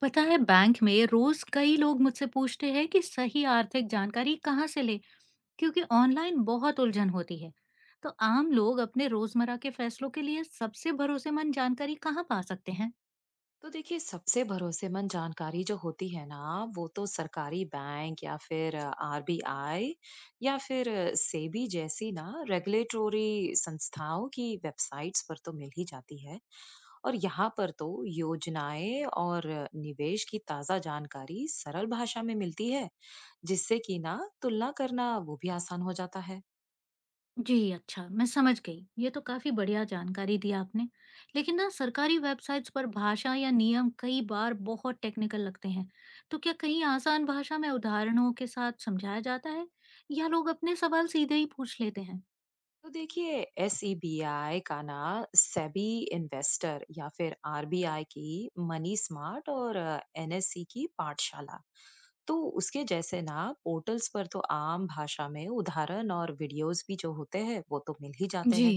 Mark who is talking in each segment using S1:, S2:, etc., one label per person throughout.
S1: पता है बैंक में रोज कई लोग मुझसे पूछते हैं कि सही आर्थिक जानकारी कहाँ से ले। क्योंकि ऑनलाइन बहुत उलझन होती है। तो आम लोग अपने रोजमर्रा के फैसलों के लिए सबसे भरोसेमंद जानकारी कहाँ पा सकते हैं?
S2: तो देखिए, सबसे भरोसेमंद जानकारी जो होती है ना, वो तो सरकारी बैंक या फिर आरबीआई या फिर सेबी जैसी ना रेगुलेटरी संस्थाओं की वेबसाइट्स पर तो मिल ही जाती है। और यहाँ पर तो योजनाएं और निवेश की ताजा जानकारी सरल भाषा में मिलती है, जिससे कि ना तुलना करना वो भी आसान हो जाता है।
S1: जी अच्छा, मैं समझ गई, ये तो काफी बढ़िया जानकारी दी आपने। लेकिन ना सरकारी वेबसाइट्स पर भाषा या नियम कई बार बहुत टेक्निकल लगते हैं। तो क्या कहीं आसान भाषा में उदाहरणों के साथ समझाया जाता है या लोग अपने सवाल सीधे ही पूछ लेते हैं?
S2: तो देखिए, एसईबीआई का ना, सेबी इन्वेस्टर या फिर आरबीआई की मनी स्मार्ट और एनएससी की पाठशाला, तो उसके जैसे ना पोर्टल्स पर तो आम भाषा में उदाहरण और वीडियोस भी जो होते हैं वो तो मिल ही जाते
S1: जी
S2: हैं।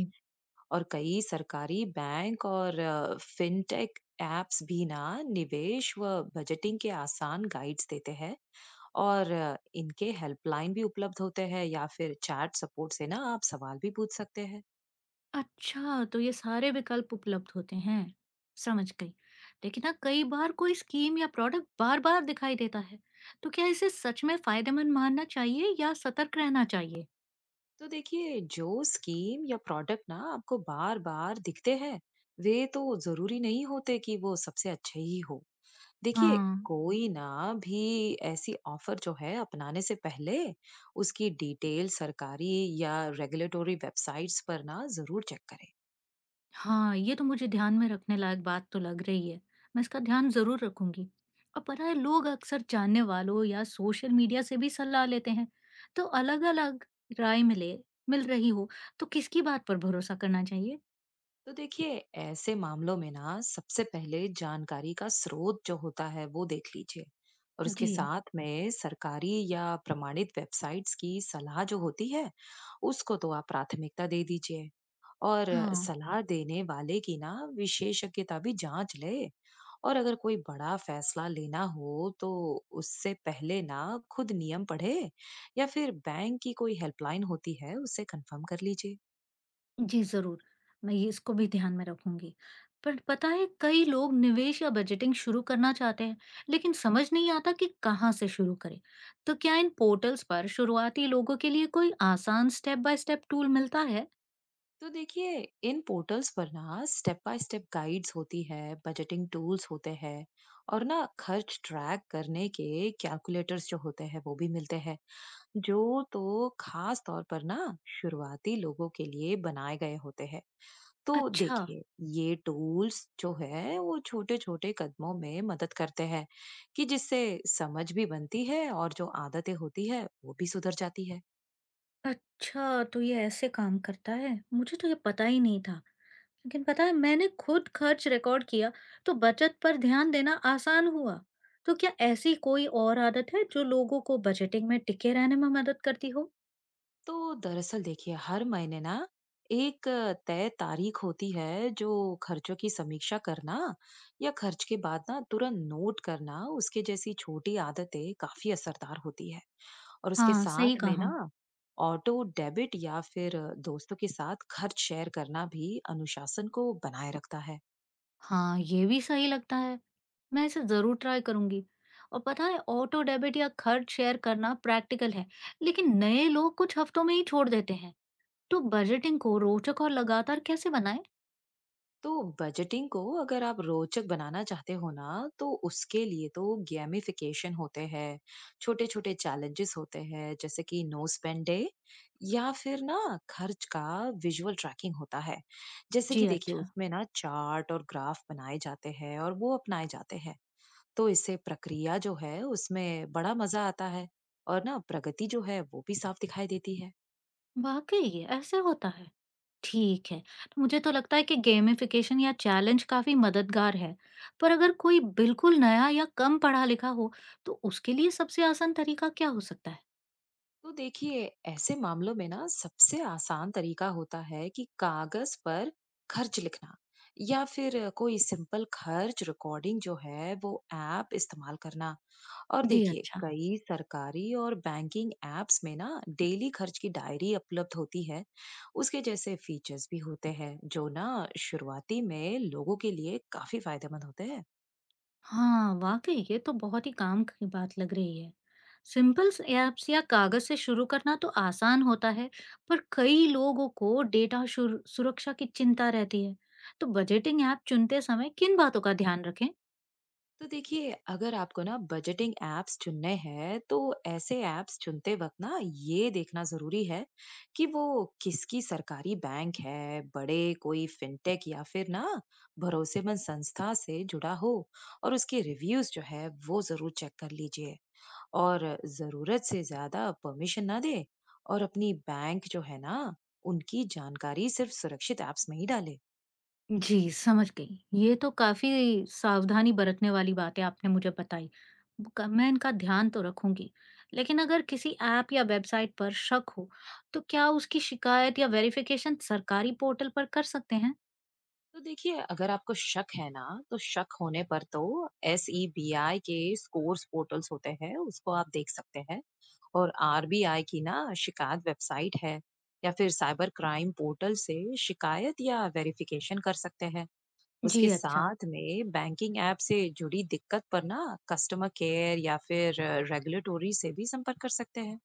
S2: और कई सरकारी बैंक और फिनटेक एप्स भी ना निवेश व बजटिंग के आसान गाइड्स देते हैं। और इनके हेल्पलाइन भी उपलब्ध होते हैं या फिर चैट सपोर्ट से ना आप सवाल भी पूछ सकते हैं।
S1: अच्छा, तो ये सारे विकल्प उपलब्ध होते हैं। समझ गई। लेकिन ना कई बार कोई स्कीम या प्रोडक्ट बार-बार दिखाई देता है, तो क्या इसे सच में फायदेमंद मानना चाहिए या सतर्क रहना चाहिए?
S2: तो देखिए, जो स्कीम या प्रोडक्ट ना आपको बार बार दिखते हैं, वे तो जरूरी नहीं होते कि वो सबसे अच्छे ही हो। देखिए,
S1: हाँ,
S2: कोई ना भी ऐसी ऑफर जो है अपनाने से पहले उसकी डिटेल सरकारी या रेगुलेटरी वेबसाइट्स पर ना जरूर चेक करें।
S1: हाँ, ये तो मुझे ध्यान में रखने लायक बात तो लग रही है। मैं इसका ध्यान ज़रूर रखूंगी। और पता है लोग अक्सर जानने वालों या सोशल मीडिया से भी सलाह लेते हैं। तो अलग-अलग राय मिल रही हो, तो किसकी बात पर भरोसा करना चाहिए?
S2: तो देखिए, ऐसे मामलों में ना सबसे पहले जानकारी का स्रोत जो होता है वो देख लीजिए। और उसके
S1: जी,
S2: साथ में सरकारी या प्रमाणित वेबसाइट्स की सलाह जो होती है, उसको तो आप प्राथमिकता दे दीजिए। और
S1: हाँ।
S2: सलाह देने वाले की ना विशेषज्ञता भी जांच ले। और अगर कोई बड़ा फैसला लेना हो, तो उससे पहले ना खुद नियम पढ़े या फिर बैंक की कोई हेल्पलाइन होती है उससे कंफर्म कर लीजिए।
S1: जी, ज़रूर। मैं ये इसको भी ध्यान में रखूँगी। पर पता है कई लोग निवेश या बजटिंग शुरू करना चाहते हैं, लेकिन समझ नहीं आता कि कहाँ से शुरू करें। तो क्या इन पोर्टल्स पर शुरुआती लोगों के लिए कोई आसान स्टेप बाय स्टेप टूल मिलता है?
S2: तो देखिए, इन पोर्टल्स पर ना स्टेप बाय स्टेप गाइड्स होती है, बजटिंग टूल्स होते हैं, और ना खर्च ट्रैक करने के कैलकुलेटर्स जो होते हैं वो भी मिलते हैं, जो तो खास तौर पर ना शुरुआती लोगों के लिए बनाए गए होते हैं। तो
S1: अच्छा,
S2: देखिए, ये टूल्स जो है वो छोटे छोटे कदमों में मदद करते हैं, कि जिससे समझ भी बनती है और जो आदतें होती है वो भी सुधर जाती है।
S1: अच्छा तो ये ऐसे काम करता है। मुझे तो ये पता ही नहीं था। लेकिन पता है मैंने खुद खर्च रिकॉर्ड किया तो बचत पर ध्यान देना आसान हुआ। तो क्या ऐसी कोई और आदत है जो लोगों को बजटिंग में टिके रहने में मदद करती हो?
S2: तो दरअसल देखिए, हर महीने ना एक तय तारीख होती है जो खर्चों की समीक्षा करना या खर्च के बाद ना तुरंत नोट करना उसके जैसी छोटी आदतें काफी असरदार होती है। और उसके
S1: हाँ, सही
S2: साथ में ना
S1: कहा।
S2: ऑटो डेबिट या फिर दोस्तों के साथ खर्च शेयर करना भी अनुशासन को बनाए रखता है।
S1: हाँ, ये भी सही लगता है। मैं इसे ज़रूर ट्राई करूँगी। और पता है ऑटो डेबिट या खर्च शेयर करना प्रैक्टिकल है, लेकिन नए लोग कुछ हफ्तों में ही छोड़ देते हैं। तो बजटिंग को रोचक और लगातार कैसे बनाएँ?
S2: तो बजटिंग को अगर आप रोचक बनाना चाहते हो ना, तो उसके लिए तो गेमिफिकेशन होते हैं, छोटे छोटे चैलेंजेस होते हैं जैसे कि नो स्पेंड डे या फिर ना खर्च का विजुअल ट्रैकिंग होता है, जैसे कि
S1: जी
S2: देखिए
S1: अच्छा,
S2: उसमें ना चार्ट और ग्राफ बनाए जाते हैं और वो अपनाए जाते हैं। तो इससे प्रक्रिया जो है उसमें बड़ा मजा आता है, और ना प्रगति जो है वो भी साफ दिखाई देती है।
S1: वाक़ई ये ऐसे होता है। ठीक है, तो मुझे तो लगता है कि गेमिफिकेशन या चैलेंज काफ़ी मददगार है। पर अगर कोई बिल्कुल नया या कम पढ़ा-लिखा हो, तो उसके लिए सबसे आसान तरीका क्या हो सकता है?
S2: तो देखिए, ऐसे मामलों में ना सबसे आसान तरीका होता है कि कागज पर खर्च लिखना या फिर कोई सिंपल खर्च रिकॉर्डिंग जो है वो ऐप इस्तेमाल करना। और
S1: जी
S2: देखिए,
S1: अच्छा।
S2: कई सरकारी और बैंकिंग एप्स में ना डेली खर्च की डायरी उपलब्ध होती है, उसके जैसे फीचर्स भी होते हैं जो ना शुरुआती में लोगों के लिए काफी फायदेमंद होते हैं।
S1: हाँ वाकई ये तो बहुत ही काम की बात लग रही है। सिंपल ऐप्स या कागज से शुरू करना तो आसान होता है, पर कई लोगों को डेटा सुरक्षा की चिंता रहती है। तो बजटिंग ऐप चुनते समय किन बातों का ध्यान रखें?
S2: तो देखिए, अगर आपको ना बजटिंग एप्स चुनने हैं, तो ऐसे एप्स चुनते वक्त ना ये देखना जरूरी है कि वो किसकी सरकारी बैंक है, बड़े कोई फिनटेक या फिर ना भरोसेमंद संस्था से जुड़ा हो, और उसके रिव्यूज जो है वो जरूर चेक कर लीजिए। और जरूरत से ज्यादा परमिशन ना दे, और अपनी बैंक जो है ना उनकी जानकारी सिर्फ सुरक्षित एप्स में ही डाले।
S1: जी समझ गई, ये तो काफी सावधानी बरतने वाली बातें आपने मुझे बताई। मैं इनका ध्यान तो रखूंगी। लेकिन अगर किसी ऐप या वेबसाइट पर शक हो, तो क्या उसकी शिकायत या वेरिफिकेशन सरकारी पोर्टल पर कर सकते हैं?
S2: तो देखिए, अगर आपको शक है ना, तो शक होने पर तो एसईबीआई के स्कोर्स पोर्टल्स होते हैं, उसको आप देख सकते हैं। और आरबीआई की ना शिकायत वेबसाइट है, या फिर साइबर क्राइम पोर्टल से शिकायत या वेरिफिकेशन कर सकते हैं।
S1: जी
S2: उसके
S1: अच्छा।
S2: साथ में बैंकिंग ऐप से जुड़ी दिक्कत पर ना कस्टमर केयर या फिर रेगुलेटोरी से भी संपर्क कर सकते हैं।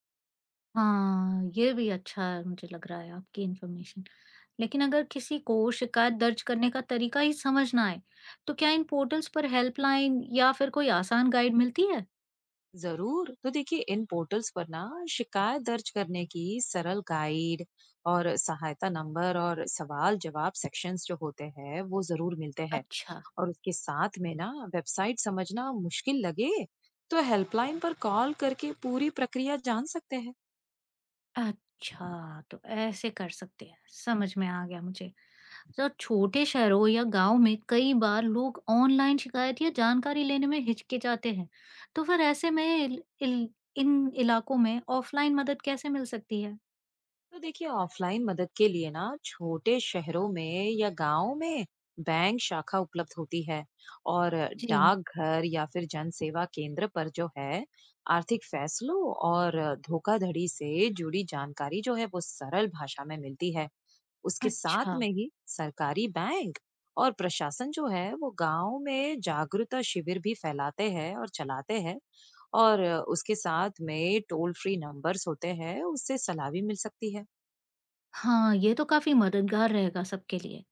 S1: हाँ, ये भी अच्छा मुझे लग रहा है आपकी इन्फॉर्मेशन। लेकिन अगर किसी को शिकायत दर्ज करने का तरीका ही समझ ना आए, तो क्या इन पोर्टल्स पर हेल्पलाइन या फिर कोई आसान गाइड मिलती है?
S2: जरूर, तो देखिए, इन पोर्टल्स पर ना शिकायत दर्ज करने की सरल गाइड और सहायता नंबर और सवाल जवाब सेक्शंस जो होते हैं वो जरूर मिलते हैं।
S1: अच्छा,
S2: और उसके साथ में ना वेबसाइट समझना मुश्किल लगे, तो हेल्पलाइन पर कॉल करके पूरी प्रक्रिया जान सकते हैं।
S1: अच्छा, तो ऐसे कर सकते हैं। समझ में आ गया मुझे। तो छोटे शहरों या गांव में कई बार लोग ऑनलाइन शिकायत या जानकारी लेने में हिचकिचाते हैं। तो फिर ऐसे में इल, इल, इन इलाकों में ऑफलाइन मदद कैसे मिल सकती है?
S2: तो देखिए, ऑफलाइन मदद के लिए ना छोटे शहरों में या गांव में बैंक शाखा उपलब्ध होती है, और
S1: जी।
S2: डाकघर या फिर जन सेवा केंद्र पर जो है आर्थिक फैसलों और धोखाधड़ी से जुड़ी जानकारी जो है वो सरल भाषा में मिलती है। उसके साथ
S1: अच्छा।
S2: में ही सरकारी बैंक और प्रशासन जो है वो गांव में जागरूकता शिविर भी फैलाते हैं और चलाते हैं। और उसके साथ में टोल फ्री नंबर्स होते हैं, उससे सलाह भी मिल सकती है।
S1: हाँ, ये तो काफ़ी मददगार रहेगा सबके लिए।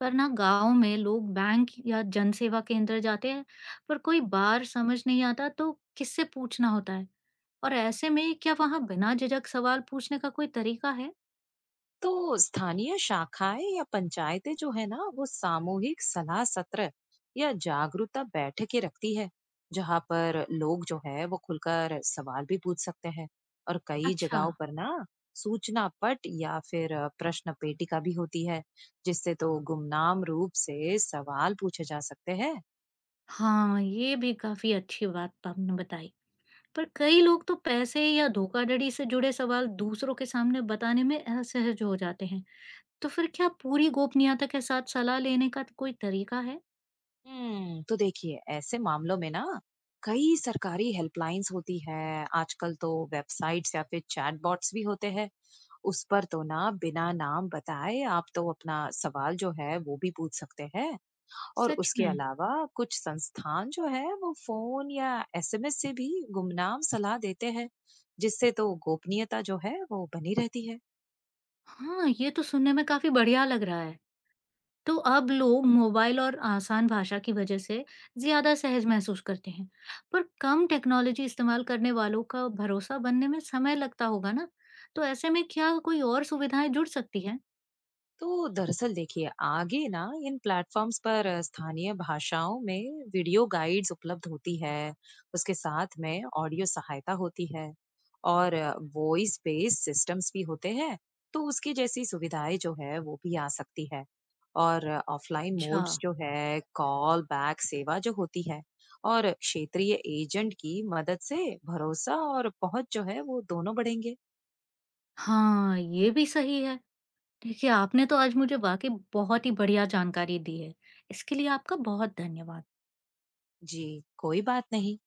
S1: पर ना गाँव में लोग बैंक या जनसेवा केंद्र जाते हैं, पर कोई बार समझ नहीं आता तो किससे पूछना होता है? और ऐसे में क्या वहाँ बिना झिझक सवाल पूछने का कोई तरीका है?
S2: तो स्थानीय शाखाएं या पंचायतें जो है ना वो सामूहिक सलाह सत्र या जागरूकता बैठकें रखती है, जहाँ पर लोग जो है वो खुलकर सवाल भी पूछ सकते हैं। और कई
S1: अच्छा,
S2: जगहों पर ना सूचना पट या फिर प्रश्न पेटिका भी होती है, जिससे तो गुमनाम रूप से सवाल पूछे जा सकते हैं।
S1: हाँ, ये भी काफ़ी अच्छी बात आपने बताई। पर कई लोग तो पैसे या धोखाधड़ी से जुड़े सवाल दूसरों के सामने बताने में असहज हो जाते हैं। तो फिर क्या पूरी गोपनीयता के साथ सलाह लेने का कोई तरीका है?
S2: हम्म, तो देखिए, ऐसे मामलों में ना कई सरकारी हेल्पलाइंस होती है, आजकल तो वेबसाइट्स या फिर चैटबॉट्स भी होते हैं, उस पर तो ना बिना नाम बताए आप तो अपना सवाल जो है वो भी पूछ सकते हैं। और
S1: सच
S2: उसके
S1: में?
S2: अलावा कुछ संस्थान जो है वो फोन या एसएमएस से भी गुमनाम सलाह देते हैं, जिससे तो गोपनीयता जो है वो बनी रहती है।
S1: हाँ, ये तो सुनने में काफ़ी बढ़िया लग रहा है। तो अब लोग मोबाइल और आसान भाषा की वजह से ज़्यादा सहज महसूस करते हैं। पर कम टेक्नोलॉजी इस्तेमाल करने वालों का भरोसा बनने में समय लगता होगा ना? तो ऐसे में क्या कोई और सुविधाएँ जुड़ सकती हैं?
S2: तो दरअसल देखिए, आगे ना इन प्लेटफॉर्म्स पर स्थानीय भाषाओं में वीडियो गाइड्स उपलब्ध होती है, उसके साथ में ऑडियो सहायता होती है, और वॉइस बेस्ड सिस्टम्स भी होते हैं। तो उसकी जैसी सुविधाएं जो है वो भी आ सकती है। और ऑफलाइन
S1: अच्छा,
S2: मोड्स जो है कॉल बैक सेवा जो होती है, और क्षेत्रीय एजेंट की मदद से भरोसा और पहुंच जो है वो दोनों बढ़ेंगे।
S1: हाँ, ये भी सही है। देखिए, आपने तो आज मुझे वाक़ई बहुत ही बढ़िया जानकारी दी है। इसके लिए आपका बहुत धन्यवाद।
S2: जी, कोई बात नहीं।